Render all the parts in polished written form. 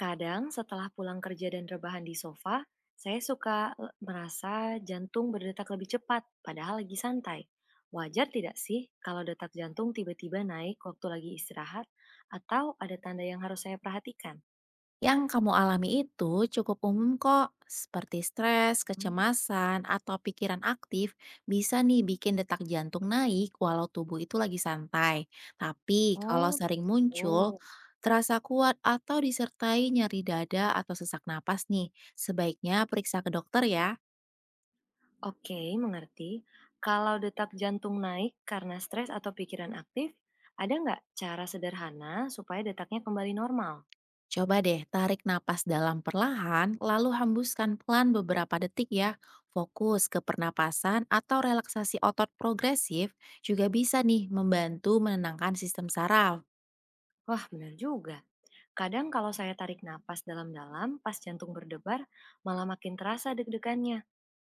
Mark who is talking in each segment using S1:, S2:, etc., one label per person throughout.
S1: Kadang setelah pulang kerja dan rebahan di sofa, saya suka merasa jantung berdetak lebih cepat, padahal lagi santai. Wajar tidak sih kalau detak jantung tiba-tiba naik waktu lagi istirahat, atau ada tanda yang harus saya perhatikan?
S2: Yang kamu alami itu cukup umum kok, seperti stres,
S1: Hmm.
S2: kecemasan, atau pikiran aktif bisa nih bikin detak jantung naik walau tubuh itu lagi santai. Tapi kalau
S1: Oh,
S2: sering muncul,
S1: begitu.
S2: terasa kuat atau disertai nyeri dada atau sesak napas nih, sebaiknya periksa ke dokter ya.
S1: Oke, mengerti. Kalau detak jantung naik karena stres atau pikiran aktif, ada nggak cara sederhana supaya detaknya kembali normal?
S2: Coba deh tarik napas dalam perlahan, lalu hembuskan pelan beberapa detik ya. Fokus ke pernapasan atau relaksasi otot progresif juga bisa nih membantu menenangkan sistem saraf.
S1: Wah, benar juga. Kadang kalau saya tarik napas dalam-dalam pas jantung berdebar, malah makin terasa deg-degannya.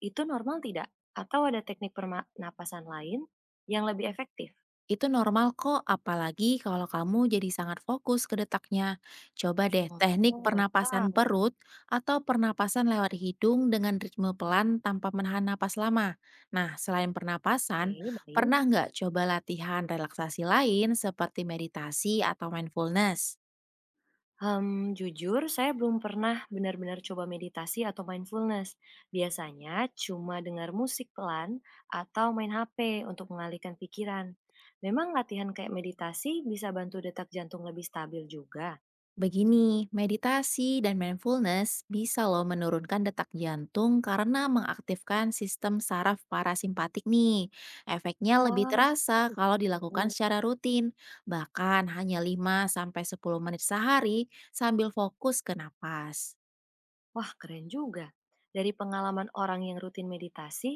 S1: Itu normal tidak? Atau ada teknik pernapasan lain yang lebih efektif?
S2: Itu normal kok, apalagi kalau kamu jadi sangat fokus ke detaknya. Coba deh teknik
S1: Oh, baru
S2: pernapasan
S1: tahu.
S2: perut atau pernapasan lewat hidung dengan ritme pelan tanpa menahan napas lama. Nah, selain pernapasan,
S1: Oke, baik.
S2: pernah nggak coba latihan relaksasi lain seperti meditasi atau mindfulness?
S1: Hmm, jujur, saya belum pernah benar-benar coba meditasi atau mindfulness. Biasanya cuma dengar musik pelan atau main HP untuk mengalihkan pikiran. Memang latihan kayak meditasi bisa bantu detak jantung lebih stabil juga.
S2: Begini, meditasi dan mindfulness bisa loh menurunkan detak jantung karena mengaktifkan sistem saraf parasimpatik nih. Efeknya
S1: Wah,
S2: lebih
S1: ternyata
S2: terasa kalau dilakukan
S1: begitu.
S2: secara rutin, bahkan hanya 5 sampai 10 menit sehari sambil fokus ke napas.
S1: Wah, keren juga. Dari pengalaman orang yang rutin meditasi,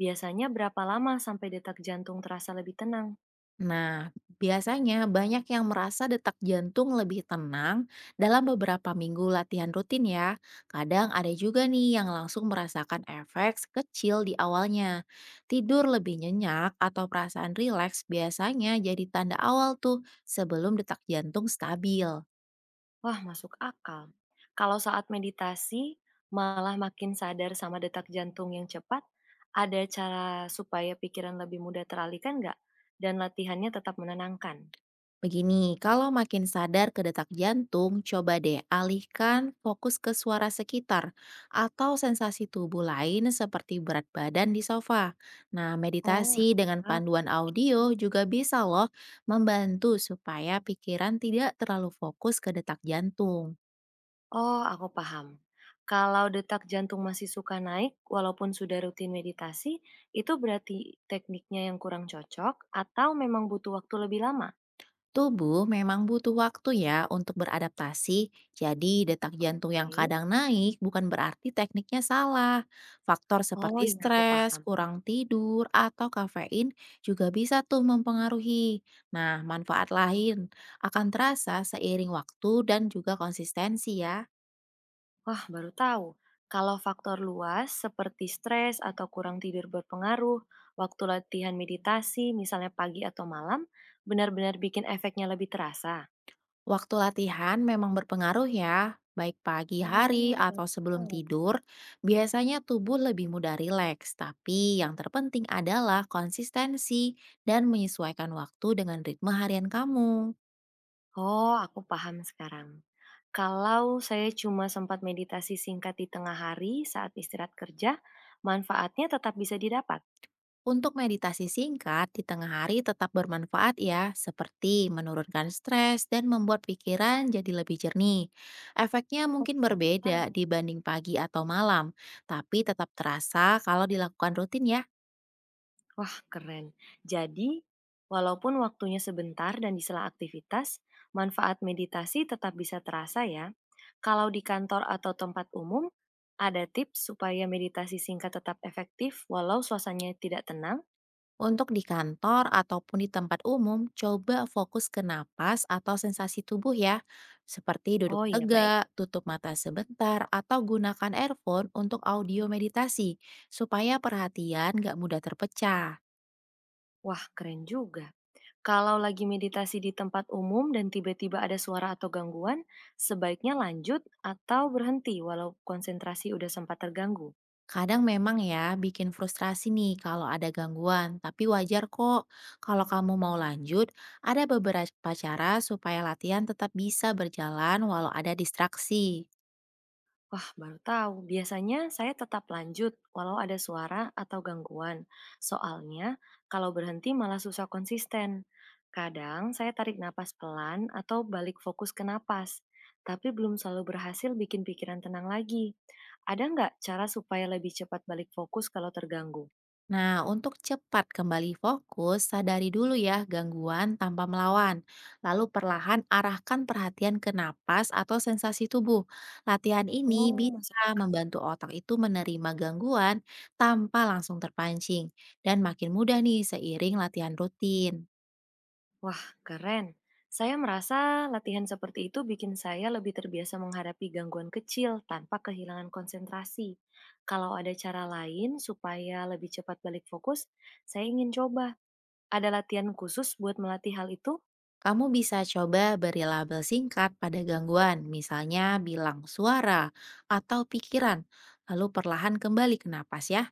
S1: biasanya berapa lama sampai detak jantung terasa lebih tenang?
S2: Nah, biasanya banyak yang merasa detak jantung lebih tenang dalam beberapa minggu latihan rutin ya. Kadang ada juga nih yang langsung merasakan efek kecil di awalnya. Tidur lebih nyenyak atau perasaan rileks biasanya jadi tanda awal tuh sebelum detak jantung stabil.
S1: Wah, masuk akal. Kalau saat meditasi, malah makin sadar sama detak jantung yang cepat, ada cara supaya pikiran lebih mudah teralihkan nggak? Dan latihannya tetap menenangkan.
S2: Begini, kalau makin sadar ke detak jantung, coba deh alihkan fokus ke suara sekitar atau sensasi tubuh lain seperti berat badan di sofa. Nah,
S1: Oh,
S2: meditasi dengan
S1: alah.
S2: panduan audio juga bisa loh membantu supaya pikiran tidak terlalu fokus ke detak jantung.
S1: Oh, aku paham. Kalau detak jantung masih suka naik, walaupun sudah rutin meditasi, itu berarti tekniknya yang kurang cocok atau memang butuh waktu lebih lama?
S2: Tubuh memang butuh waktu ya untuk beradaptasi, jadi detak jantung yang
S1: Oke.
S2: kadang naik bukan berarti tekniknya salah. Faktor
S1: Oh
S2: seperti
S1: iya, aku
S2: stres,
S1: paham.
S2: kurang tidur, atau kafein juga bisa tuh mempengaruhi. Nah, manfaat lain akan terasa seiring waktu dan juga konsistensi ya.
S1: Wah, baru tahu. Kalau faktor luas seperti stres atau kurang tidur berpengaruh, waktu latihan meditasi, misalnya pagi atau malam, benar-benar bikin efeknya lebih terasa.
S2: Waktu latihan memang berpengaruh ya, baik pagi hari
S1: Oh, baru
S2: atau sebelum
S1: tahu.
S2: tidur, biasanya tubuh lebih mudah rileks, tapi yang terpenting adalah konsistensi dan menyesuaikan waktu dengan ritme harian kamu.
S1: Oh, aku paham sekarang. Kalau saya cuma sempat meditasi singkat di tengah hari saat istirahat kerja, manfaatnya tetap bisa didapat.
S2: Untuk meditasi singkat di tengah hari tetap bermanfaat ya, seperti menurunkan stres dan membuat pikiran jadi lebih jernih. Efeknya
S1: Wah,
S2: mungkin berbeda
S1: mantap.
S2: dibanding pagi atau malam, tapi tetap terasa kalau dilakukan rutin ya.
S1: Wah, keren. Jadi, walaupun waktunya sebentar dan di sela aktivitas, manfaat meditasi tetap bisa terasa ya. Kalau di kantor atau tempat umum, ada tips supaya meditasi singkat tetap efektif walau suasananya tidak tenang?
S2: Untuk di kantor ataupun di tempat umum, coba fokus ke napas atau sensasi tubuh ya, seperti duduk
S1: Oh iya, baik.
S2: tegak, tutup mata sebentar, atau gunakan earphone untuk audio meditasi, supaya perhatian gak mudah terpecah.
S1: Wah, keren juga. Kalau lagi meditasi di tempat umum dan tiba-tiba ada suara atau gangguan, sebaiknya lanjut atau berhenti walau konsentrasi udah sempat terganggu.
S2: Kadang memang ya bikin frustrasi nih kalau ada gangguan, tapi wajar kok. Kalau kamu mau lanjut, ada beberapa cara supaya latihan tetap bisa berjalan walau ada distraksi.
S1: Wah, baru tahu. Biasanya saya tetap lanjut walau ada suara atau gangguan. Soalnya, kalau berhenti malah susah konsisten. Kadang saya tarik napas pelan atau balik fokus ke napas, tapi belum selalu berhasil bikin pikiran tenang lagi. Ada nggak cara supaya lebih cepat balik fokus kalau terganggu?
S2: Nah, untuk cepat kembali fokus, sadari dulu ya gangguan tanpa melawan. Lalu perlahan arahkan perhatian ke napas atau sensasi tubuh. Latihan ini
S1: Oh, masuk
S2: bisa
S1: akal.
S2: membantu otak itu menerima gangguan tanpa langsung terpancing dan makin mudah nih seiring latihan rutin.
S1: Wah, keren. Saya merasa latihan seperti itu bikin saya lebih terbiasa menghadapi gangguan kecil tanpa kehilangan konsentrasi. Kalau ada cara lain supaya lebih cepat balik fokus, saya ingin coba. Ada latihan khusus buat melatih hal itu?
S2: Kamu bisa coba beri label singkat pada gangguan, misalnya bilang suara atau pikiran, lalu perlahan kembali ke napas ya.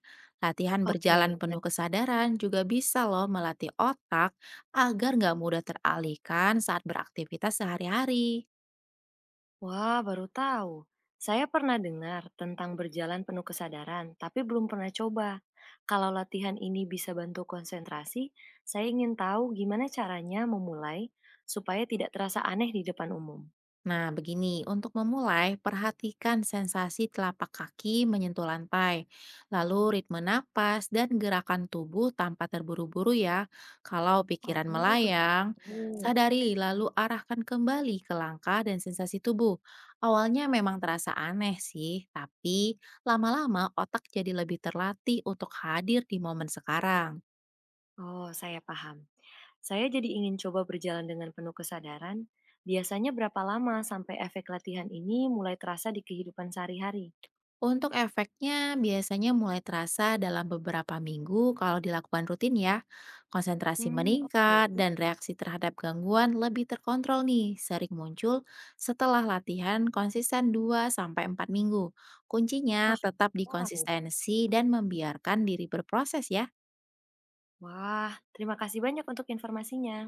S2: Latihan
S1: Oke.
S2: berjalan penuh kesadaran juga bisa loh melatih otak agar nggak mudah teralihkan saat beraktivitas sehari-hari.
S1: Wah, baru tahu. Saya pernah dengar tentang berjalan penuh kesadaran, tapi belum pernah coba. Kalau latihan ini bisa bantu konsentrasi, saya ingin tahu gimana caranya memulai supaya tidak terasa aneh di depan umum.
S2: Nah, begini, untuk memulai, perhatikan sensasi telapak kaki menyentuh lantai, lalu ritme napas dan gerakan tubuh tanpa terburu-buru ya. Kalau pikiran
S1: Oh,
S2: melayang,
S1: begitu.
S2: sadari lalu arahkan kembali ke langkah dan sensasi tubuh. Awalnya memang terasa aneh sih, tapi lama-lama otak jadi lebih terlatih untuk hadir di momen sekarang.
S1: Oh, saya paham. Saya jadi ingin coba berjalan dengan penuh kesadaran. Biasanya berapa lama sampai efek latihan ini mulai terasa di kehidupan sehari-hari?
S2: Untuk efeknya biasanya mulai terasa dalam beberapa minggu kalau dilakukan rutin ya. Konsentrasi
S1: Hmm, oke.
S2: meningkat dan reaksi terhadap gangguan lebih terkontrol nih, sering muncul setelah latihan konsisten 2 sampai 4 minggu.
S1: Ah,
S2: Kuncinya tetap di
S1: wow.
S2: konsistensi dan membiarkan diri berproses ya.
S1: Wah, terima kasih banyak untuk informasinya.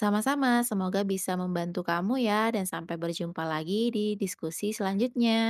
S2: Sama-sama, semoga bisa membantu kamu ya dan sampai berjumpa lagi di diskusi selanjutnya.